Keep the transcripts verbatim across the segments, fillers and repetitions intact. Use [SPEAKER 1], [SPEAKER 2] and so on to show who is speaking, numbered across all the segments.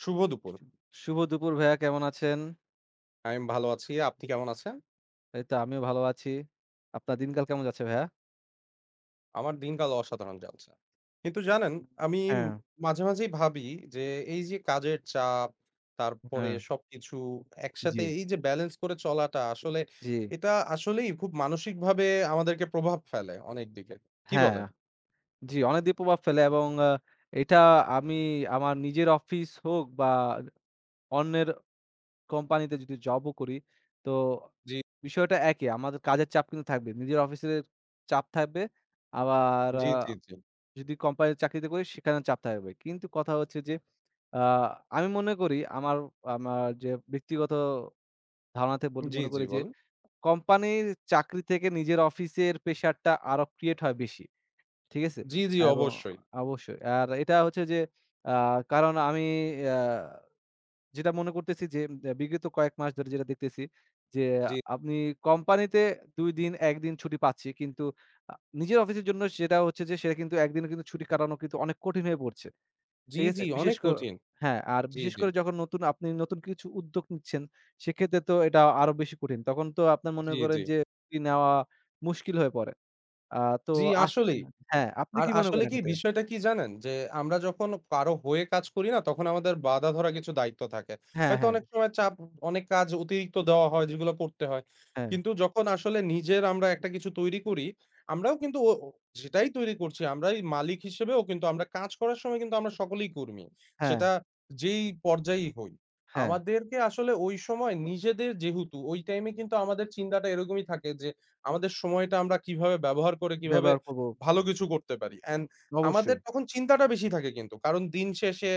[SPEAKER 1] শুভ দুপুর।
[SPEAKER 2] শুভ দুপুর ভাইয়া, কেমন আছেন?
[SPEAKER 1] আমি ভালো আছি। আপনি কেমন আছেন?
[SPEAKER 2] এই তো আমিও ভালো আছি। আপনার দিনকাল কেমন যাচ্ছে ভাইয়া?
[SPEAKER 1] আমার দিনকাল অসাধারণ যাচ্ছে। কিন্তু জানেন, আমি
[SPEAKER 2] হ্যাঁ,
[SPEAKER 1] মাঝে, মাঝেই ভাবি যে এই যে কাজের চাপ, তারপরে
[SPEAKER 2] হ্যাঁ,
[SPEAKER 1] সবকিছু
[SPEAKER 2] জি।
[SPEAKER 1] একসাথে এই যে ব্যালেন্স করে চলাটা আসলে
[SPEAKER 2] জি,
[SPEAKER 1] এটা আসলেই খুব মানসিকভাবে আমাদেরকে প্রভাব ফেলে অনেক দিকে। কি
[SPEAKER 2] হ্যাঁ,
[SPEAKER 1] বলেন?
[SPEAKER 2] জি অনেকদিন প্রভাব ফেলে এবং আ এটা আমি আমার নিজের অফিস হোক বা অন্যের কোম্পানিতে যদি জবও করি, তো
[SPEAKER 1] জি, জি,
[SPEAKER 2] বিষয়টা একই। আমাদের কাজের চাপ কিন্তু থাকবে। নিজের অফিসের চাপ থাকবে। আবার
[SPEAKER 1] জি,
[SPEAKER 2] আ
[SPEAKER 1] জি, জি,
[SPEAKER 2] যদি কোম্পানির চাকরিতে করি সেখানেও চাপ থাকবে। কিন্তু কথা হচ্ছে যে আ আমি মনে করি আমার আমার যে ব্যক্তিগত ধারণাতে বলি
[SPEAKER 1] জি,
[SPEAKER 2] মনে
[SPEAKER 1] জি
[SPEAKER 2] করি যে,
[SPEAKER 1] বলেন।
[SPEAKER 2] কোম্পানির চাকরি থেকে নিজের অফিসের প্রেশারটা আরো ক্রিয়েট হয় বেশি। ঠিক আছে?
[SPEAKER 1] জি, জি
[SPEAKER 2] এবং
[SPEAKER 1] অবশ্যই।
[SPEAKER 2] অবশ্যই। আর এটা হচ্ছে যে আ কারণ আমি আ যেটা মনে করতেছি যে আ বিগত কয়েক মাস ধরে যেটা দেখতেছি যে,
[SPEAKER 1] জি,
[SPEAKER 2] আপনি কোম্পানিতে দুই দিন, এক দিন ছুটি পাচ্ছি। কিন্তু আ নিজের অফিসের জন্য সেটা হচ্ছে যে সেটা কিন্তু এক দিনে কিন্তু ছুটি কাটানো কিন্তু অনেক কঠিন হয়ে পড়ছে।
[SPEAKER 1] জি,
[SPEAKER 2] ঠিক আছে?
[SPEAKER 1] জি
[SPEAKER 2] বিশেষ
[SPEAKER 1] অনেক
[SPEAKER 2] করে
[SPEAKER 1] কঠিন।
[SPEAKER 2] হ্যাঁ, আর
[SPEAKER 1] জি,
[SPEAKER 2] বিশেষ
[SPEAKER 1] জি,
[SPEAKER 2] করে যখন নতুন আপনি নতুন কিছু উদ্যোগ নিচ্ছেন, সেক্ষেত্রে তো এটা আরো বেশি কঠিন। তখন তো আপনার মনে
[SPEAKER 1] জি,
[SPEAKER 2] করেন
[SPEAKER 1] জি,
[SPEAKER 2] যে ঝুঁকি নেওয়া মুশকিল হয়ে পড়ে। আ তো
[SPEAKER 1] জি
[SPEAKER 2] আ
[SPEAKER 1] আসলেই।
[SPEAKER 2] হ্যাঁ, আপনি
[SPEAKER 1] আর
[SPEAKER 2] কি মনে
[SPEAKER 1] আসলে
[SPEAKER 2] করেন
[SPEAKER 1] কি
[SPEAKER 2] এতে?
[SPEAKER 1] বিষয়টা কি জানেন? যে আমরা যখন কারো হয়ে কাজ করি না, তখন আমাদের বাঁধা ধরা কিছু দায়িত্ব থাকে।
[SPEAKER 2] হ্যাঁ,
[SPEAKER 1] হয়তো
[SPEAKER 2] হ্যাঁ,
[SPEAKER 1] অনেক সময় চাপ, অনেক কাজ অতিরিক্ত দেওয়া হয়, যেগুলো করতে হয়।
[SPEAKER 2] হ্যাঁ,
[SPEAKER 1] কিন্তু যখন আসলে নিজের আমরা একটা কিছু তৈরি করি, আমরাও কিন্তু ও ও যেটাই তৈরি করছি, আমরাই মালিক হিসেবেও কিন্তু আমরা কাজ করার সময় কিন্তু আমরা সকলেই কর্মী।
[SPEAKER 2] হ্যাঁ,
[SPEAKER 1] সেটা যেই পর্যায়েই হই।
[SPEAKER 2] হ্যাঁ,
[SPEAKER 1] আমাদেরকে আসলে ওই সময় নিজেদের যেহেতু ওই টাইমে কিন্তু আমাদের চিন্তাটা এরকমই থাকে যে, আমাদের সময়টা আমরা কিভাবে ব্যবহার করে, কিভাবে
[SPEAKER 2] ব্যবহার করব।
[SPEAKER 1] ভালো কিছু করতে পারি। অ্যান্ড আমাদের
[SPEAKER 2] অবশ্যই।
[SPEAKER 1] তখন চিন্তাটা বেশি থাকে কিন্তু। কারণ দিন শেষে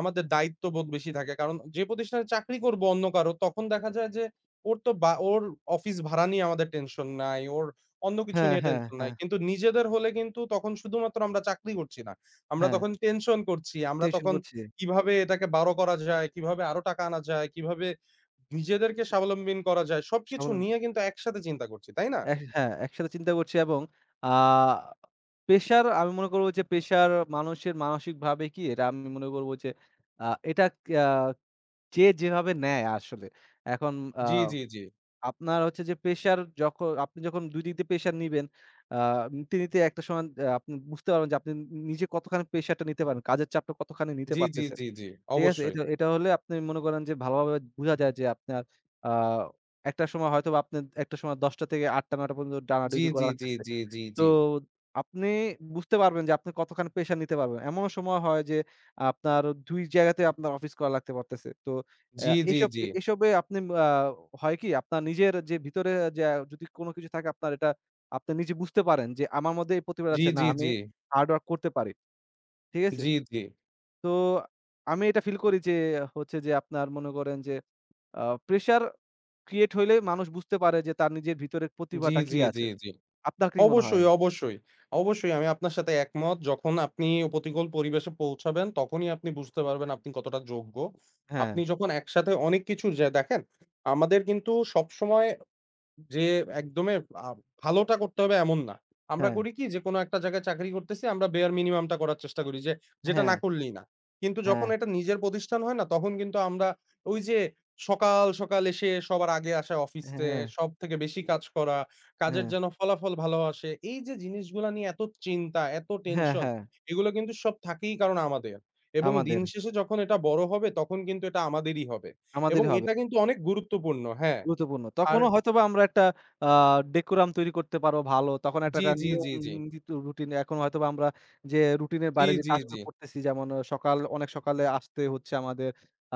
[SPEAKER 1] আমাদের দায়িত্ববোধ বেশি থাকে। কারণ যে প্রতিষ্ঠানে চাকরি করব অন্য কারো, তখন দেখা যায় যে ওর তো বা ওর অফিস ভাড়া নিয়ে আমাদের টেনশন নাই, ওর অন্য কিছু
[SPEAKER 2] হ্যাঁ,
[SPEAKER 1] নিয়ে
[SPEAKER 2] হ্যাঁ,
[SPEAKER 1] টেনশন নাই।
[SPEAKER 2] হ্যাঁ,
[SPEAKER 1] কিন্তু নিজেদের হলে কিন্তু তখন শুধুমাত্র আমরা চাকরি করছি না। আমরা
[SPEAKER 2] হ্যাঁ,
[SPEAKER 1] তখন টেনশন করছি। আমরা
[SPEAKER 2] টেনশন
[SPEAKER 1] তখন
[SPEAKER 2] করছি।
[SPEAKER 1] কিভাবে এটাকে বাড়ো করা যায়, কিভাবে আরো টাকা আনা যায়, কিভাবে নিজেদেরকে স্বাবলম্বিন করা যায় সবকিছু
[SPEAKER 2] সামল
[SPEAKER 1] নিয়ে কিন্তু একসাথে চিন্তা করছি। তাই না?
[SPEAKER 2] এক হ্যাঁ, একসাথে চিন্তা করছি এবং আ প্রেশার আমি মনে করব যে প্রেশার মানুষের মানসিকভাবে কি এটা আমি মনে করব যে আ এটা আ যে যেভাবে নেয় আসলে। এখন আ
[SPEAKER 1] জি, জি, জি।
[SPEAKER 2] আপনার হচ্ছে যে প্রেশার যখ আপনি যখন দুই দিক দিয়ে প্রেশার নিবেন, আ নিতে, নিতে একটা সময় আ আপনি বুঝতে পারবেন যে আপনি নিজে কতখানি প্রেশারটা নিতে পারেন। কাজের চাপটা কতখানি নিতে
[SPEAKER 1] জি, জি,
[SPEAKER 2] পারতেছেন।
[SPEAKER 1] জি, জি।
[SPEAKER 2] ঠিক আছে?
[SPEAKER 1] অবশ্যই।
[SPEAKER 2] এটা, এটা হলে আপনি মনে করেন যে ভালোভাবে বুঝা যায় যে আপনার আ একটা সময় হয়তোবা আপনার একটা সময় দশটা থেকে আটটা নয়টা পর্যন্ত
[SPEAKER 1] জি,
[SPEAKER 2] টানাডুবি
[SPEAKER 1] জি,
[SPEAKER 2] করা
[SPEAKER 1] জি,
[SPEAKER 2] লাগতেছে।
[SPEAKER 1] জি, জি,
[SPEAKER 2] তো
[SPEAKER 1] জি।
[SPEAKER 2] আপনি বুঝতে পারবেন যে আপনি কতখানি প্রেশার নিতে পারবেন। এমনও সময় হয় যে আপনার দুই জায়গাতে আপনার অফিস করা লাগতে পারতেছে। তো
[SPEAKER 1] জি,
[SPEAKER 2] অ্যা
[SPEAKER 1] জি,
[SPEAKER 2] এসব
[SPEAKER 1] জি।
[SPEAKER 2] এসবে আপনি আ হয় কি আপনার নিজের যে ভিতরে যে যদি কোনো কিছু থাকে আপনার এটা আপনি নিজে বুঝতে পারেন যে আমার মধ্যে এই প্রতিভা
[SPEAKER 1] জি,
[SPEAKER 2] আছে। না
[SPEAKER 1] জি,
[SPEAKER 2] আমি
[SPEAKER 1] জি।
[SPEAKER 2] হার্ড ওয়ার্ক করতে পারি। ঠিক আছে?
[SPEAKER 1] জি, জি।
[SPEAKER 2] তো আমি এটা ফিল করি যে হচ্ছে যে আপনার মনে করেন যে আ প্রেশার ক্রিয়েট হইলে মানুষ বুঝতে পারে যে তার নিজের ভিতরের
[SPEAKER 1] জি,
[SPEAKER 2] প্রতিভাটা কি
[SPEAKER 1] জি, জি,
[SPEAKER 2] আছে।
[SPEAKER 1] জি।
[SPEAKER 2] আপনার কি মনে হয়?
[SPEAKER 1] অবশ্যই, অবশ্যই। অবশ্যই আমি আপনার সাথে একমত। যখন আপনি প্রতিকূল পরিবেশে পৌঁছাবেন তখনই আপনি বুঝতে পারবেন আপনি কতটা যোগ্য।
[SPEAKER 2] হ্যাঁ,
[SPEAKER 1] আপনি যখন একসাথে অনেক কিছু যে দেখেন, আমাদের কিন্তু সবসময় যে একদমই আ ভালোটা করতে হবে এমন না। আমরা
[SPEAKER 2] হ্যাঁ,
[SPEAKER 1] করি কি যে কোনো একটা জায়গায় চাকরি করতেছি আমরা বেয়ার মিনিমামটা করার চেষ্টা করি যে যেটা না
[SPEAKER 2] হ্যাঁ।
[SPEAKER 1] করলেই না। কিন্তু যখন
[SPEAKER 2] হ্যাঁ,
[SPEAKER 1] এটা নিজের প্রতিষ্ঠান হয় না তখন কিন্তু আমরা ওই যে সকাল, সকাল এসে সবার আগে আসা
[SPEAKER 2] হ্যাঁ,
[SPEAKER 1] অফিসে,
[SPEAKER 2] হ্যাঁ,
[SPEAKER 1] সব থেকে বেশি কাজ করা, কাজের
[SPEAKER 2] হ্যাঁ,
[SPEAKER 1] যেন ফলাফল ভালো আসে। এই যে জিনিসগুলা নিয়ে এত চিন্তা, এত
[SPEAKER 2] হ্যাঁ,
[SPEAKER 1] টেনশন
[SPEAKER 2] হ্যাঁ,
[SPEAKER 1] এগুলো কিন্তু সব থাকেই কারণ আমাদের। এবং দিন
[SPEAKER 2] আমাদের,
[SPEAKER 1] শেষে যখন এটা বড় হবে তখন কিন্তু এটা আমাদেরই হবে। এবং
[SPEAKER 2] আমাদেরই হবে।
[SPEAKER 1] এটা কিন্তু অনেক গুরুত্বপূর্ণ হ্যাঁ।
[SPEAKER 2] গুরুত্বপূর্ণ।
[SPEAKER 1] আর
[SPEAKER 2] তখনও হয়তোবা আমরা একটা আ ডেকোরাম তৈরি করতে পারবো ভালো। তখন একটা,
[SPEAKER 1] জি,
[SPEAKER 2] একটা
[SPEAKER 1] জি,
[SPEAKER 2] নিয়ম
[SPEAKER 1] জি, জি।
[SPEAKER 2] নীতি রুটিন এখন হয়তোবা আমরা যে রুটিনের
[SPEAKER 1] জি,
[SPEAKER 2] বাইরে যে
[SPEAKER 1] জি, জি।
[SPEAKER 2] কাজগুলো করতেছি যেমন আ সকাল অনেক সকালে আসতে হচ্ছে আমাদের।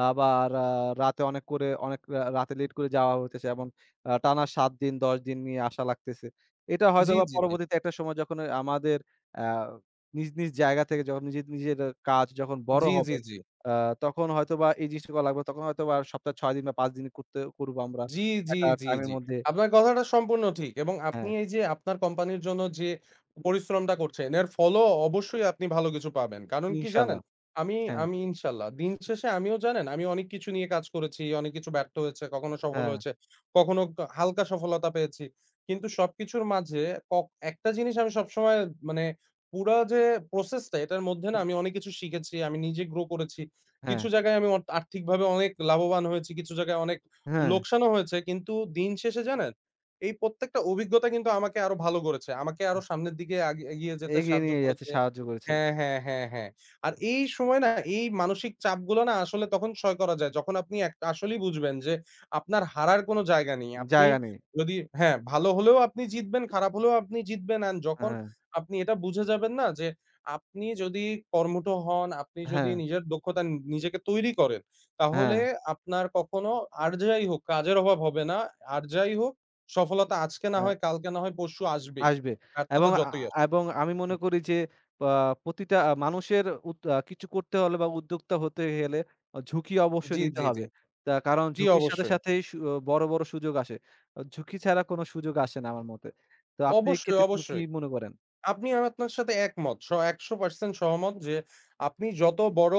[SPEAKER 2] আবার আ রাতে অনেক করে অনেক রা রাতে লেট করে যাওয়া হইতেছে। এমন আ টানা সাত দিন দশ দিন নিয়ে আসা লাগতেছে। এটা
[SPEAKER 1] জি,
[SPEAKER 2] হয়তোবা
[SPEAKER 1] জি, জি।
[SPEAKER 2] পরবর্তীতে একটা সময় যখন এ আমাদের আ নিজ, নিজ জায়গা থেকে যখন নিজের, নিজের আ কাজ যখন বড়
[SPEAKER 1] জি, জি,
[SPEAKER 2] হবে
[SPEAKER 1] জি।
[SPEAKER 2] আ তখন হয়তোবা এই জিনিসটা করা লাগবে। তখন হয়তোবা সপ্তাহে ছয় দিন বা পাঁচ দিন করতে করবো আমরা।
[SPEAKER 1] জি, জি,
[SPEAKER 2] একটা
[SPEAKER 1] জি,
[SPEAKER 2] টাইমের
[SPEAKER 1] জি।
[SPEAKER 2] মধ্যে
[SPEAKER 1] আপনার কথাটা সম্পূর্ণ ঠিক এবং আপনি
[SPEAKER 2] হ্যাঁ,
[SPEAKER 1] এই যে আপনার কোম্পানির জন্য যে পরিশ্রমটা করছেন, এর ফলও অবশ্যই আপনি ভালো কিছু পাবেন। কারণ কি জানেন?
[SPEAKER 2] ইনশাআল্লাহ।
[SPEAKER 1] আমি
[SPEAKER 2] হ্যাঁ,
[SPEAKER 1] আমি ইনশাল্লাহ। দিন শেষে আমিও জানেন, আমি অনেক কিছু নিয়ে কাজ করেছি, অনেক কিছু ব্যর্থ হয়েছে, কখনো সফল
[SPEAKER 2] হ্যাঁ,
[SPEAKER 1] হয়েছে, কখনো কা হালকা সফলতা পেয়েছি। কিন্তু সবকিছুর মাঝে কক একটা জিনিস আমি সবসময় মানে পুরা যে প্রসেস টা এটার মধ্যে না
[SPEAKER 2] হুম,
[SPEAKER 1] আমি অনেক কিছু শিখেছি, আমি নিজে গ্রো করেছি।
[SPEAKER 2] হ্যাঁ,
[SPEAKER 1] কিছু জায়গায় আমি অর্থ আর্থিকভাবে অনেক লাভবান হয়েছি, কিছু জায়গায় অনেক
[SPEAKER 2] হ্যাঁ,
[SPEAKER 1] লোকসানও হয়েছে কিন্তু দিন শেষে জানেন, এই প্রত্যেকটা অভিজ্ঞতা কিন্তু আমাকে আরো ভালো করেছে। আমাকে আরো সামনের দিকে আগি এগিয়ে যেতে
[SPEAKER 2] এগিয়ে
[SPEAKER 1] সাহায্য
[SPEAKER 2] নিয়ে যাচ্ছে,
[SPEAKER 1] করেছে।
[SPEAKER 2] সাহায্য করেছে।
[SPEAKER 1] হ্যাঁ, হ্যাঁ, হ্যাঁ, হ্যাঁ। আর এই সময় না এই মানসিক চাপগুলো না আসলে তখন সয় করা যায়। যখন আপনি এক আসলেই বুঝবেন যে আপনার হারার কোনো জায়গা নেই। আপনি
[SPEAKER 2] জায়গা নেই।
[SPEAKER 1] যদি হ্যাঁ, ভালো হলেও আপনি জিতবেন, খারাপ হলেও আপনি জিতবেন। অ্যান্ড যখন
[SPEAKER 2] হ্যাঁ,
[SPEAKER 1] আপনি এটা বুঝে যাবেন না যে আপনি যদি কর্মঠ হন, আপনি যদি
[SPEAKER 2] হ্যাঁ,
[SPEAKER 1] নিজের দক্ষতা নিজেকে তৈরি করেন
[SPEAKER 2] হ্যাঁ,
[SPEAKER 1] তাহলে আপনার কখনো আর যাই হোক কাজের অভাব হবে না। আর যাই হোক সফলতা আজকে না
[SPEAKER 2] আ
[SPEAKER 1] হয় কালকে না হয় পরশু আসবেই।
[SPEAKER 2] আসবে
[SPEAKER 1] ব্যর্থতা
[SPEAKER 2] এবং আ
[SPEAKER 1] যতই আসুক।
[SPEAKER 2] এবং আমি মনে
[SPEAKER 1] হুম।
[SPEAKER 2] করি যে আ প্রতিটা আ মানুষের উদ আ কিছু করতে হলে বা উদ্যোক্তা হতে গেলে আ ঝুঁকি অবশ্যই
[SPEAKER 1] জি,
[SPEAKER 2] নিতে
[SPEAKER 1] জি, জি।
[SPEAKER 2] হবে। তা কারণ
[SPEAKER 1] জি,
[SPEAKER 2] ঝুঁকির সাথে,
[SPEAKER 1] অবশ্যই।
[SPEAKER 2] সাথেই সু বড়, বড় সুযোগ আসে। আ ঝুঁকি ছাড়া কোনো সুযোগ আসে না আমার মতে। তো আপনি
[SPEAKER 1] অবশ্যই,
[SPEAKER 2] এক্ষেত্রে কি কি
[SPEAKER 1] অবশ্যই।
[SPEAKER 2] মনে করেন?
[SPEAKER 1] আপনি আমি আপনার সাথে একমত। স একশ পার্সেন্ট সহমত যে আপনি যত বড়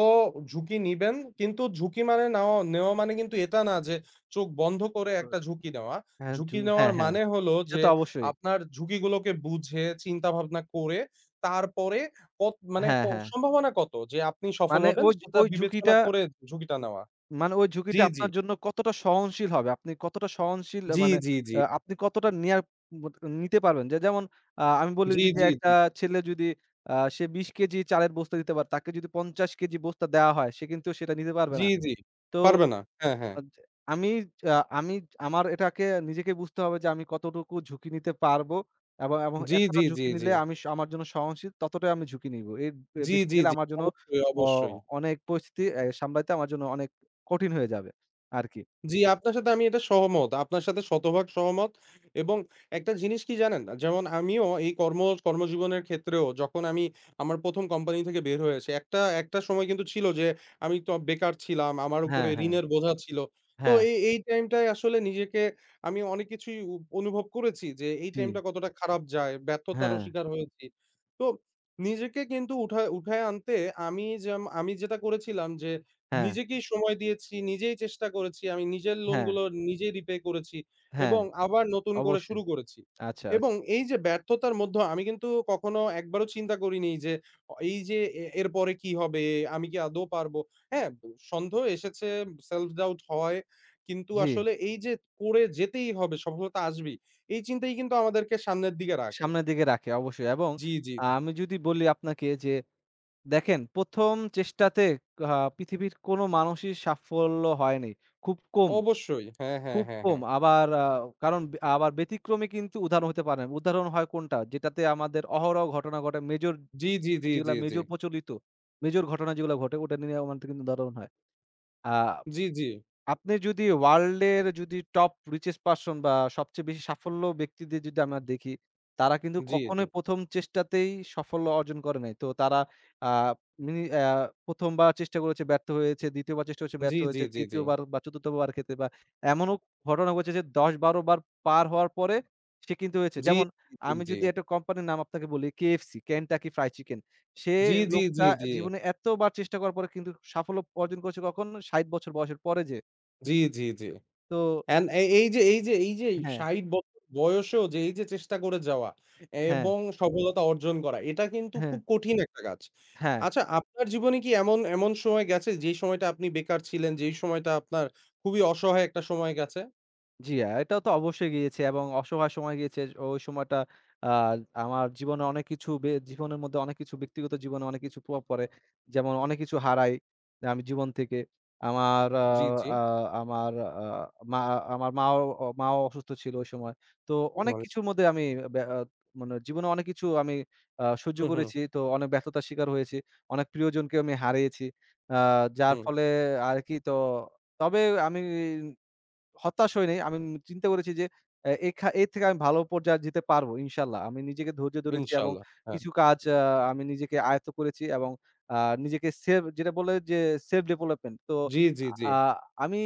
[SPEAKER 1] ঝুঁকি নিবেন কিন্তু ঝুঁকি মানে নেওয়া নেওয়া মানে কিন্তু এটা না যে চোখ বন্ধ করে একটা ঝুঁকি নেওয়া।
[SPEAKER 2] হ্যাঁ, ঝু
[SPEAKER 1] ঝুঁকি নেওয়ার
[SPEAKER 2] হ্যাঁ, হ্যাঁ,
[SPEAKER 1] মানে হলো
[SPEAKER 2] সে
[SPEAKER 1] যে
[SPEAKER 2] তো অবশ্যই।
[SPEAKER 1] আপনার ঝুঁকিগুলোকে বুঝে চিন্তা ভাবনা করে তারপরে কত মানে
[SPEAKER 2] হ্যাঁ,
[SPEAKER 1] ক
[SPEAKER 2] হ্যাঁ।
[SPEAKER 1] সম্ভাবনা কত যে আপনি সফল
[SPEAKER 2] মানে
[SPEAKER 1] হবেন
[SPEAKER 2] ওই ঝ
[SPEAKER 1] সেটা
[SPEAKER 2] ওই
[SPEAKER 1] বিবেচনা
[SPEAKER 2] ঝুঁকিটা
[SPEAKER 1] করে ঝুঁকিটা নেওয়া।
[SPEAKER 2] মানে ওই
[SPEAKER 1] জি,
[SPEAKER 2] ঝুঁকিটা
[SPEAKER 1] জি।
[SPEAKER 2] আপনার জন্য কতটা সহনশীল হবে? আপনি কতটা সহনশীল আ
[SPEAKER 1] জি,
[SPEAKER 2] মানে
[SPEAKER 1] জি, জি।
[SPEAKER 2] আ আপনি কতটা নেয়ার মত নিতে পারবেন? যে যেমন আ আমি বলি
[SPEAKER 1] জি,
[SPEAKER 2] যদি
[SPEAKER 1] জি,
[SPEAKER 2] একটা
[SPEAKER 1] জি।
[SPEAKER 2] ছেলে যদি আ সে বিশ কেজি চালের বস্তা দিতে পারে, তাকে যদি পঞ্চাশ কেজি বস্তা দেওয়া হয়, সে কিন্তু সেটা নিতে পারবে
[SPEAKER 1] জি,
[SPEAKER 2] না।
[SPEAKER 1] জি।
[SPEAKER 2] তো
[SPEAKER 1] পারবে না। হ্যাঁ, হ্যাঁ।
[SPEAKER 2] আদ আমি আ আমি আমার এটাকে নিজেকে বুঝতে হবে যে আমি কতটুকু ঝুঁকি নিতে পারবো এবং এবং
[SPEAKER 1] জি,
[SPEAKER 2] এতটা
[SPEAKER 1] জি, জি,
[SPEAKER 2] ঝুঁকি
[SPEAKER 1] জি।
[SPEAKER 2] নিলে আমি স আমার জন্য সহনশীল ততটাই আমি ঝুঁকি নিবো। এর বে
[SPEAKER 1] জি,
[SPEAKER 2] বেশি
[SPEAKER 1] জি,
[SPEAKER 2] গেলে
[SPEAKER 1] জি।
[SPEAKER 2] আমার জন্য
[SPEAKER 1] অবশ্যই,
[SPEAKER 2] অ
[SPEAKER 1] অবশ্যই।
[SPEAKER 2] অনেক পরিস্থিতি অ্যা সামলাইতে আমার জন্য অনেক কঠিন হয়ে যাবে আরকি।
[SPEAKER 1] জি, আপনার সাথে আমি এটা সহমত। আপনার সাথে শতভাগ সহমত এবং একটা জিনিস কি জানেন? যেমন আমিও এই কর্ম কর্মজীবনের ক্ষেত্রেও যখন আমি আমার প্রথম কোম্পানি থেকে বের হয়ে আসি, একটা একটা সময় কিন্তু ছিল যে আমি তো বেকার ছিলাম। আমার উপরে
[SPEAKER 2] হ্যাঁ, হ্যাঁ,
[SPEAKER 1] ঋণের বোঝা ছিল। তো
[SPEAKER 2] হ্যাঁ,
[SPEAKER 1] এই এই টাইমটায় আসলে নিজেকে আমি অনেক কিছুই উ অনুভব করেছি যে এই
[SPEAKER 2] জি,
[SPEAKER 1] টাইমটা কতটা খারাপ যায়। ব্যর্থতারও
[SPEAKER 2] হ্যাঁ,
[SPEAKER 1] শিকার হয়েছি। তো নিজেকে কিন্তু উঠায় উঠায় আনতে আমি যেম আমি যেটা করেছিলাম যে
[SPEAKER 2] হ্যাঁ,
[SPEAKER 1] নিজেকেই সময় দিয়েছি, নিজেই চেষ্টা করেছি। আমি নিজের
[SPEAKER 2] হ্যাঁ,
[SPEAKER 1] লোনগুলো নিজেই রিপে করেছি
[SPEAKER 2] হ্যাঁ,
[SPEAKER 1] এবং আবার নতুন করে
[SPEAKER 2] অবশ্যই।
[SPEAKER 1] শুরু করেছি।
[SPEAKER 2] আচ্ছা,
[SPEAKER 1] এবং
[SPEAKER 2] আচ্ছা।
[SPEAKER 1] এই যে ব্যর্থতার মধ্যে আমি কিন্তু কখনো একবারও চিন্তা করিনি যে অ এই যে এ এরপরে কি হবে? আমি কি আদৌ পারবো? হ্যাঁ, সন্দেহ এসেছে, self doubt হয়। কিন্তু
[SPEAKER 2] জি,
[SPEAKER 1] আসলে এই যে করে যেতেই হবে, সফলতা আসবেই। এই চিন্তাই কিন্তু আমাদেরকে সামনের দিকে রাখে।
[SPEAKER 2] সামনের দিকে রাখে অবশ্যই এবং
[SPEAKER 1] জি, জি।
[SPEAKER 2] আমি যদি বলি আপনাকে যে দেখেন, প্রথম চেষ্টাতে আ পৃথিবীর কোনো মানুষই সাফল্য হয়নি। খুব কম,
[SPEAKER 1] অবশ্যই। হ্যাঁ, হ্যাঁ,
[SPEAKER 2] খুব
[SPEAKER 1] হ্যাঁ,
[SPEAKER 2] কম।
[SPEAKER 1] হ্যাঁ।
[SPEAKER 2] আবার আ কারণ বে- আবার ব্যতিক্রমী কিন্তু উদাহরণ হতে পারে না। উদাহরণ হয় কোনটা? যেটাতে আমাদের অহরহ ঘটনা ঘটে মেজর
[SPEAKER 1] জি, জি, জি,
[SPEAKER 2] যেগুলা
[SPEAKER 1] জি, জি।
[SPEAKER 2] মেজর প্রচলিত, মেজর ঘটনা যেগুলা ঘটে ওটা নিয়ে আমাদের কিন্তু উদাহরণ হয়। আ
[SPEAKER 1] জি, জি।
[SPEAKER 2] আপনি যদি ওয়ার্ল্ড এর যদি টপ richest person বা সবচেয়ে বেশি সাফল্য ব্যক্তিদের যদি আমরা দেখি, তারা কিন্তু
[SPEAKER 1] জি, জি।
[SPEAKER 2] কখনোই প্রথম চেষ্টাতেই সাফল্য অর্জন করে নাই। তো তারা আ মিনি অ্যা প্রথম বার চেষ্টা করেছে ব্যর্থ হয়েছে, দ্বিতীয় বার চেষ্টা করেছে
[SPEAKER 1] জি,
[SPEAKER 2] ব্যর্থ
[SPEAKER 1] জি,
[SPEAKER 2] হয়েছে,
[SPEAKER 1] জি, জি।
[SPEAKER 2] তৃতীয় বার বা চতুর্থ বার ক্ষেত্রে বা এমনও ঘটনা ঘটেছে যে দশ বারো বার পার হওয়ার পরে সে কিন্তু হয়েছে।
[SPEAKER 1] জি,
[SPEAKER 2] যেমন
[SPEAKER 1] জি, জি,
[SPEAKER 2] আমি
[SPEAKER 1] জি।
[SPEAKER 2] যদি একটা কোম্পানির নাম আপনাকে বলি K F C, Kentucky Fried Chicken। সে
[SPEAKER 1] জি, জি, জি,
[SPEAKER 2] লোকটা
[SPEAKER 1] জি,
[SPEAKER 2] জীবনে এতবার চেষ্টা করার পরে কিন্তু সাফল্য অর্জন করেছে কখন ষাট বছর বয়সের পরে যেয়ে।
[SPEAKER 1] জি, জি।
[SPEAKER 2] তো
[SPEAKER 1] অ্যান্ড এ এই যে এই যে এই যে
[SPEAKER 2] হ্যাঁ,
[SPEAKER 1] ষাট বছর বয়সেও যে এই যে চেষ্টা করে যাওয়া
[SPEAKER 2] হ্যাঁ,
[SPEAKER 1] এবং সফলতা অর্জন করা এটা কিন্তু
[SPEAKER 2] হ্যাঁ,
[SPEAKER 1] খুব কঠিন একটা কাজ।
[SPEAKER 2] হ্যাঁ,
[SPEAKER 1] আচ্ছা আপনার জীবনে কি এমন এমন সময় গেছে যেই সময়টা আপনি বেকার ছিলেন, যেই সময়টা আপনার খুবই অসহায় একটা সময় গেছে?
[SPEAKER 2] জি, আ এটাও তো অবশ্যই গিয়েছি এবং অসহায় সময় গিয়েছে। ওই সময়টা আ আমার জীবনে অনেক কিছু বে জীবনের মধ্যে অনেক কিছু ব্যক্তিগত জীবনে অনেক কিছু প্রভাব পড়ে। যেমন অনেক কিছু হারাই আমি জীবন থেকে। আমার আ
[SPEAKER 1] জি, জি।
[SPEAKER 2] আ আমার আ মা আমার মাও মাও অসুস্থ ছিল ওই সময়। তো অনেক কিছুর মধ্যে আমি ব্যা আ মানে জীবনে অনেক কিছু আমি আ সহ্য
[SPEAKER 1] হুম, হুম,
[SPEAKER 2] করেছি। তো অনেক ব্যর্থতার শিকার হয়েছি। অনেক প্রিয়জনকে আমি হারিয়েছি। আ যার
[SPEAKER 1] হুম।
[SPEAKER 2] ফলে আর কি তো তবে আমি হতাশ হই নাই। আমি উম চিন্তা করেছি যে এ এখা এর থেকে আমি ভালো পর্যায়ে যেতে পারবো ইনশাআল্লাহ। আমি নিজেকে ধৈর্য ধরেছি এবং
[SPEAKER 1] ইনশাআল্লাহ। হ্যাঁ।
[SPEAKER 2] কিছু কাজ আ আমি নিজেকে আয়ত্ত করেছি এবং আ নিজেকে সেলফ যেটা বলে যে সেলফ ডেভেলপমেন্ট। তো
[SPEAKER 1] জি, জি, জি।
[SPEAKER 2] আ আমি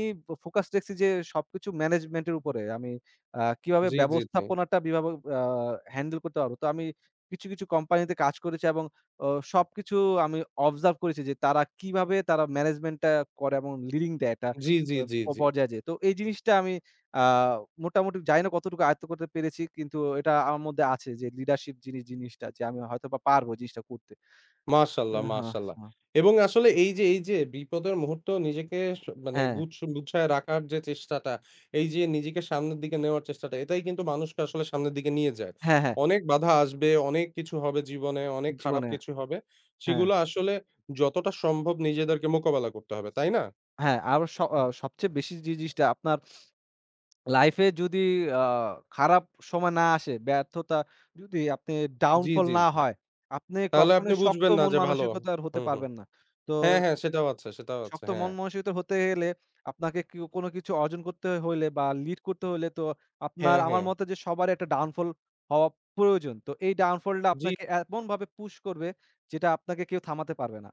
[SPEAKER 2] ফোকাস রেখেছি যে সবকিছু ম্যানেজমেন্ট এর উপরে। আমি আ কিভাবে
[SPEAKER 1] জি, জি, জি।
[SPEAKER 2] ব্যবস্থাপনাটা বিভাবে আ হ্যান্ডেল করতে পারবো। তো আমি কিছু, কিছু কোম্পানিতে কাজ করেছি এবং অ সবকিছু আমি অবজার্ভ করেছি যে তারা কিভাবে তারা ম্যানেজমেন্ট টা করে এবং লিডিং দেয় একটা
[SPEAKER 1] জি, জি, জি,
[SPEAKER 2] ও
[SPEAKER 1] জি।
[SPEAKER 2] পর্যায়ে যেয়ে। তো এই জিনিসটা আমি আ মোটামুটি জানি না কতটুকু আয়ত্ত করতে পেরেছি। কিন্তু এটা আমার মধ্যে আছে যে লিডারশিপ যিনি জিনিসটা যে আমি হয়তোবা পারবো জিনিসটা করতে। আ
[SPEAKER 1] মাশাআল্লাহ,
[SPEAKER 2] হ্যাঁ,
[SPEAKER 1] মাশাআল্লাহ।
[SPEAKER 2] হ্যাঁ।
[SPEAKER 1] এবং আসলে এই যে, এই যে বিপদের মুহূর্তেও নিজেকে স মানে
[SPEAKER 2] হ্যাঁ,
[SPEAKER 1] গুছ গুছায় রাখার যে চেষ্টাটা, এই যে নিজেকে সামনের দিকে নেওয়ার চেষ্টাটা, এটাই কিন্তু মানুষকে আসলে সামনের দিকে নিয়ে যায়।
[SPEAKER 2] হ্যাঁ, হ্যাঁ।
[SPEAKER 1] অনেক বাধা আসবে, অনেক কিছু হবে জীবনে, অনেক খারাপ
[SPEAKER 2] জীবনে
[SPEAKER 1] কিছু হবে।
[SPEAKER 2] হ্যাঁ,
[SPEAKER 1] সেগুলো আসলে যতটা সম্ভব নিজেদেরকে মোকাবেলা করতে হবে, তাই না?
[SPEAKER 2] হ্যাঁ। আরো স আ সবচেয়ে বেশি যে জিনিসটা আপনার লাইফে যদি আ খারাপ সময় না আসে, ব্যর্থতা যদি আপনি
[SPEAKER 1] জি,
[SPEAKER 2] ডাউনফল
[SPEAKER 1] জি,
[SPEAKER 2] না
[SPEAKER 1] জি।
[SPEAKER 2] হয়, আপনি
[SPEAKER 1] তাহলে আপনি
[SPEAKER 2] কখনোই শক্ত
[SPEAKER 1] বুঝবেন না
[SPEAKER 2] মন
[SPEAKER 1] যে ভালো
[SPEAKER 2] মানসিকতার হতে
[SPEAKER 1] হুম, হুম।
[SPEAKER 2] পারবেন না। তো
[SPEAKER 1] হ্যাঁ, হ্যাঁ, সেটাও আছে, সেটাও আছে।
[SPEAKER 2] শক্ত
[SPEAKER 1] হ্যাঁ।
[SPEAKER 2] মন মানসিকতা হতে গেলে আপনাকে কেউ কোনো কিছু অর্জন করতে হইলে বা লিড করতে হইলে তো আপনার
[SPEAKER 1] হ্যাঁ, হ্যাঁ।
[SPEAKER 2] আমার মতে যে সবারই একটা ডাউনফল হওয়া প্রয়োজন। তো এই ডাউনফলটা
[SPEAKER 1] জি।
[SPEAKER 2] আপনাকে এমনভাবে পুশ করবে যেটা আপনাকে কেউ থামাতে পারবে না।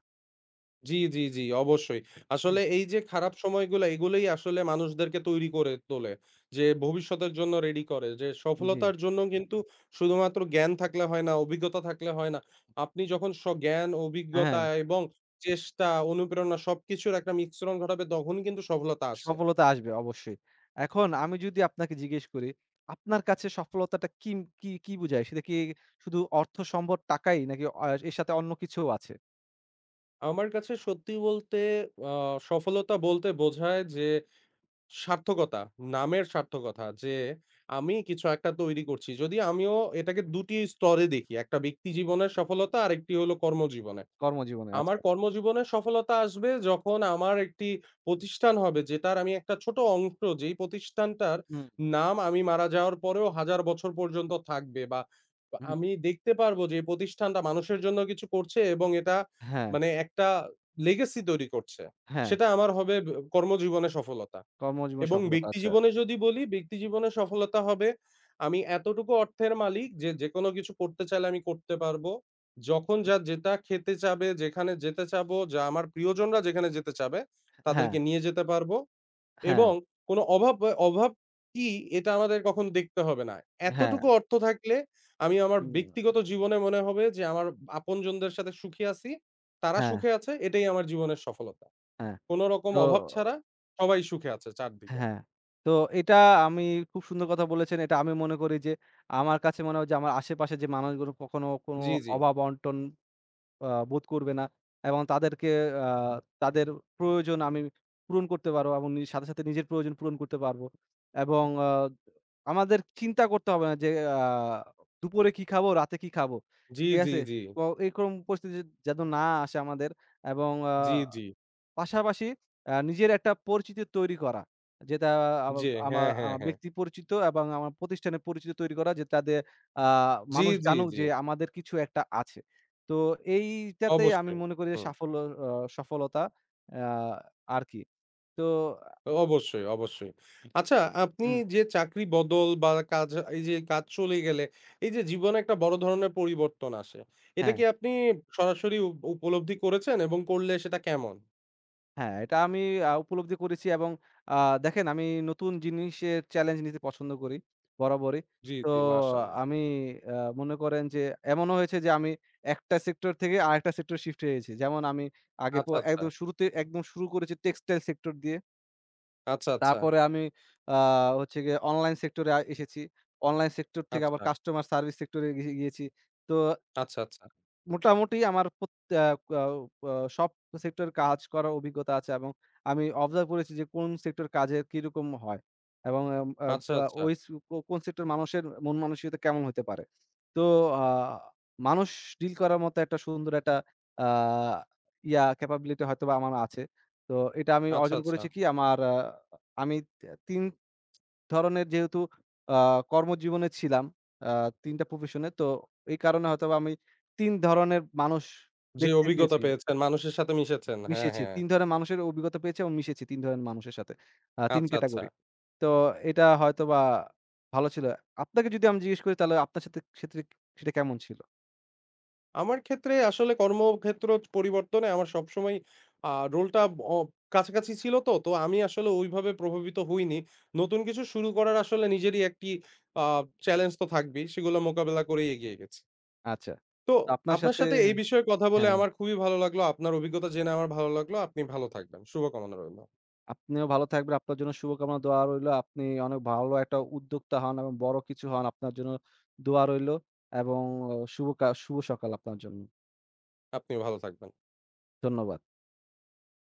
[SPEAKER 1] জি, জি, জি, অবশ্যই।
[SPEAKER 2] হুম,
[SPEAKER 1] আসলে এই যে খারাপ সময়গুলা এগুলোই আসলে মানুষদেরকে তৈরি করে তোলে। যে ভবিষ্যতের জন্য রেডি করে। যে
[SPEAKER 2] জি।
[SPEAKER 1] সফলতার জন্য কিন্তু শুধুমাত্র জ্ঞান থাকলে হয় না, অভিজ্ঞতা থাকলে হয় না। আপনি যখন স জ্ঞান,
[SPEAKER 2] হ্যাঁ,
[SPEAKER 1] অভিজ্ঞতা এবং চেষ্টা, অনুপ্রেরণা সবকিছুর একটা মিশ্রণ ঘটাবে তখনই কিন্তু সফলতা আসে।
[SPEAKER 2] সফলতা আসবে অবশ্যই। এখন আমি যদি আপনাকে জিজ্ঞেস করি, আপনার কাছে সফলতাটা কিম কি, কি বুঝায়? সেটা কি শুধু অর্থ, সম্পদ, টাকাই নাকি অ এর সাথে অন্য কিছুও আছে?
[SPEAKER 1] আমার কাছে সত্যি বলতে আ সফলতা বলতে বোঝায় যে সার্থকতা, নামের সার্থকতা যে আমি কিছু একটা তৈরি করছি। যদি আমিও এটাকে দুই টি স্তরে দেখি। একটা ব্যক্তি জীবনের সফলতা আরেকটি হলো কর্মজীবনে।
[SPEAKER 2] কর্মজীবনে?
[SPEAKER 1] আমার
[SPEAKER 2] আচ্ছা।
[SPEAKER 1] কর্মজীবনে সফলতা আসবে যখন আমার একটি প্রতিষ্ঠান হবে যেটার আমি একটা ছোট অংশ যেই প্রতিষ্ঠানটার
[SPEAKER 2] হুম,
[SPEAKER 1] নাম আমি মারা যাওয়ার পরেও হাজার বছর পর্যন্ত থাকবে বা বা
[SPEAKER 2] হুম।
[SPEAKER 1] আমি দেখতে পারবো যে এই প্রতিষ্ঠানটা মানুষের জন্য কিছু করছে এবং এটা
[SPEAKER 2] হ্যাঁ,
[SPEAKER 1] মানে একটা লেগেসি তৈরি করছে।
[SPEAKER 2] হ্যাঁ।
[SPEAKER 1] সেটা আমার হবে ব কর্মজীবনে সফলতা।
[SPEAKER 2] কর্মজীবন
[SPEAKER 1] এবং
[SPEAKER 2] সফলতা আচ্ছা।
[SPEAKER 1] ব্যক্তিজীবনে যদি বলি, ব্যক্তিজীবনে সফলতা হবে, আমি এতটুকু অর্থের মালিক যে, যেকোনো কিছু করতে চাইলে আমি করতে পারবো। যখন যা যেটা খেতে চাবে, যেখানে যেতে চাবো, যা আমার প্রিয়জনরা যেখানে যেতে চাবে,
[SPEAKER 2] হ্যাঁ,
[SPEAKER 1] তাদেরকে নিয়ে যেতে পারবো
[SPEAKER 2] হ্যাঁ,
[SPEAKER 1] এবং কোনো অভাব অ অভাব কি এটা আমাদের কখনো দেখতে হবে না।
[SPEAKER 2] হ্যাঁ,
[SPEAKER 1] এতটুকু অর্থ থাকলে আমি আমার
[SPEAKER 2] উম
[SPEAKER 1] ব্যক্তিগত জীবনে মনে হবে যে, আমার আপনজনদের সাথে সুখী আছি, তারা
[SPEAKER 2] হ্যাঁ,
[SPEAKER 1] সুখে আছে, এটাই আমার জীবনের সফলতা।
[SPEAKER 2] হ্যাঁ।
[SPEAKER 1] কোন রকম
[SPEAKER 2] তো
[SPEAKER 1] অভাব ছাড়া সবাই সুখে আছে চারদিকে।
[SPEAKER 2] হ্যাঁ, তো এটা আমি খুব সুন্দর কথা বলেছেন। এটা আমি মনে করি যে আমার কাছে মনে হয় যে আমার আশেপাশে যে মানুষগুলো কখনো কোনো
[SPEAKER 1] জি, জি।
[SPEAKER 2] অভাব-অনটন আ বোধ করবে না এবং তাদেরকে আ তাদের প্রয়োজন আমি পূরণ করতে পারবো এবং নি সাথে, সাথে নিজের প্রয়োজন পূরণ করতে পারবো এবং আ আমাদের চিন্তা করতে হবে না যে আ দুপুরে কি খাবো, রাতে কি খাবো।
[SPEAKER 1] জি,
[SPEAKER 2] ঠিক
[SPEAKER 1] জি,
[SPEAKER 2] আছে?
[SPEAKER 1] জি।
[SPEAKER 2] তো এরকম পরিস্থিতি যেন না আসে আমাদের এবং আ
[SPEAKER 1] জি, জি।
[SPEAKER 2] পাশাপাশি আ নিজের একটা পরিচিতি তৈরি করা। যেটা আমা
[SPEAKER 1] জি।
[SPEAKER 2] আমা
[SPEAKER 1] হ্যাঁ, হ্যাঁ,
[SPEAKER 2] আমার
[SPEAKER 1] হ্যাঁ।
[SPEAKER 2] ব্যক্তি পরিচিত এবং আমার প্রতিষ্ঠানের পরিচিত তৈরি করা যে তাদের আ
[SPEAKER 1] জি,
[SPEAKER 2] মানুষ
[SPEAKER 1] জি,
[SPEAKER 2] জানুক
[SPEAKER 1] জি।
[SPEAKER 2] যে আমাদের কিছু একটা আছে। তো এইটাতেই আমি
[SPEAKER 1] অবশ্যই।
[SPEAKER 2] মনে করি যে
[SPEAKER 1] হুম।
[SPEAKER 2] সাফল্য অ সফলতা আ আরকি। তো
[SPEAKER 1] অবশ্যই, অবশ্যই। আচ্ছা আপনি
[SPEAKER 2] হুম,
[SPEAKER 1] যে চাকরি বদল বা কাজ এই যে কাজ চলে গেলে এই যে জীবনে একটা বড় ধরনের পরিবর্তন আসে। এটা
[SPEAKER 2] হ্যাঁ।
[SPEAKER 1] কি আপনি সরাসরি উপ উপলব্ধি করেছেন এবং করলে সেটা কেমন?
[SPEAKER 2] হ্যাঁ, এটা আমি আ উপলব্ধি করেছি এবং আ দেখেন আমি নতুন জিনিসের চ্যালেঞ্জ নিতে পছন্দ করি বরাবরই।
[SPEAKER 1] জি,
[SPEAKER 2] তো
[SPEAKER 1] জি। মাশাআল্লাহ।
[SPEAKER 2] আমি আ মনে করেন যে এমনও হয়েছে যে আমি একটা সেক্টর থেকে আরেকটা সেক্টর শিফট হয়েছি। যেমন আমি আগে প
[SPEAKER 1] আচ্ছা, আচ্ছা।
[SPEAKER 2] একদম শুরুতে একদম শুরু করেছি টেক্সটাইল সেক্টর দিয়ে।
[SPEAKER 1] আচ্ছা, আচ্ছা।
[SPEAKER 2] তারপরে আমি আ হচ্ছে গিয়ে অনলাইন সেক্টরে আ এসেছি। অনলাইন সেক্টর থেকে আবার
[SPEAKER 1] আচ্ছা,
[SPEAKER 2] কাস্টমার সার্ভিস সেক্টরে গি গিয়েছি। তো
[SPEAKER 1] আচ্ছা। আচ্ছা, আচ্ছা।
[SPEAKER 2] মোটামুটি আমার প্রত আ কাউ আ সব সেক্টর কাজ করার অভিজ্ঞতা আছে এবং আমি অবজার্ভ করেছি যে কোন সেক্টর কাজের কিরকম হয় এবং এম আ
[SPEAKER 1] আচ্ছা,
[SPEAKER 2] বা
[SPEAKER 1] আচ্ছা।
[SPEAKER 2] ওই স কো কোন সেক্টর মানুষের মন মানসিকতা কেমন হতে পারে। তো আ মানুষ ডিল করার মতো একটা সুন্দর একটা আ ইয়া ক্যাপাবিলিটি হয়তোবা আমার আছে। তো এটা আমি
[SPEAKER 1] আচ্ছা,
[SPEAKER 2] অর্জন
[SPEAKER 1] আচ্ছা।
[SPEAKER 2] করেছি কি আমার আ আমি তে তিন ধরনের যেহেতু আ কর্মজীবনে ছিলাম, আ তিন টা প্রফেশনে তো এই কারণে হয়তোবা আমি তিন ধরনের মানুষ
[SPEAKER 1] যে
[SPEAKER 2] দেখতে
[SPEAKER 1] অভিজ্ঞতা
[SPEAKER 2] পেয়েছি,
[SPEAKER 1] পেয়েছেন মানুষের সাথে মিশেছেন। হ্যাঁ,
[SPEAKER 2] মিশেছি।
[SPEAKER 1] হ্যাঁ।
[SPEAKER 2] তিন ধরনের মানুষের অভিজ্ঞতা পেয়েছি এবং মিশেছি তিন ধরনের মানুষের সাথে। আ তিন
[SPEAKER 1] আচ্ছা, আচ্ছা।
[SPEAKER 2] ক্যাটেগরি। তো এটা হয়তোবা ভালো ছিল। আপনাকে যদি আমি জিজ্ঞেস করি তাহলে আপনার সাথে সেটা সেটা কেমন ছিল?
[SPEAKER 1] আমার ক্ষেত্রে আসলে কর্মক্ষেত্র পরিবর্তনে আমার সবসময় আ রোলটা অ কাছাকাছি ছিল তো। তো আমি আসলে ওইভাবে প্রভাবিত হইনি। নতুন কিছু শুরু করার আসলে নিজেরই একটি আ চ্যালেঞ্জ তো থাকবেই। সেগুলো মোকাবেলা করেই এগিয়ে গেছি।
[SPEAKER 2] আচ্ছা।
[SPEAKER 1] তো
[SPEAKER 2] তো আপনার
[SPEAKER 1] আপনার
[SPEAKER 2] সাথে
[SPEAKER 1] সাথে এই বিষয়ে কথা বলে
[SPEAKER 2] হ্যাঁ।
[SPEAKER 1] আমার খুবই ভালো লাগলো। আপনার অভিজ্ঞতা জেনে আমার ভালো লাগলো। আপনি ভালো থাকবেন। শুভকামনা রইলো।
[SPEAKER 2] আপনিও ভালো থাকবেন। আপনার জন্য শুভকামনা, দোয়া রইলো। আপনি অনেক ভালো একটা উদ্যোক্তা হন এবং বড় কিছু হন। আপনার জন্য দোয়া রইলো এবং শুভ কা শুভ সকাল আপনার জন্য।
[SPEAKER 1] আপনিও ভালো থাকবেন।
[SPEAKER 2] ধন্যবাদ।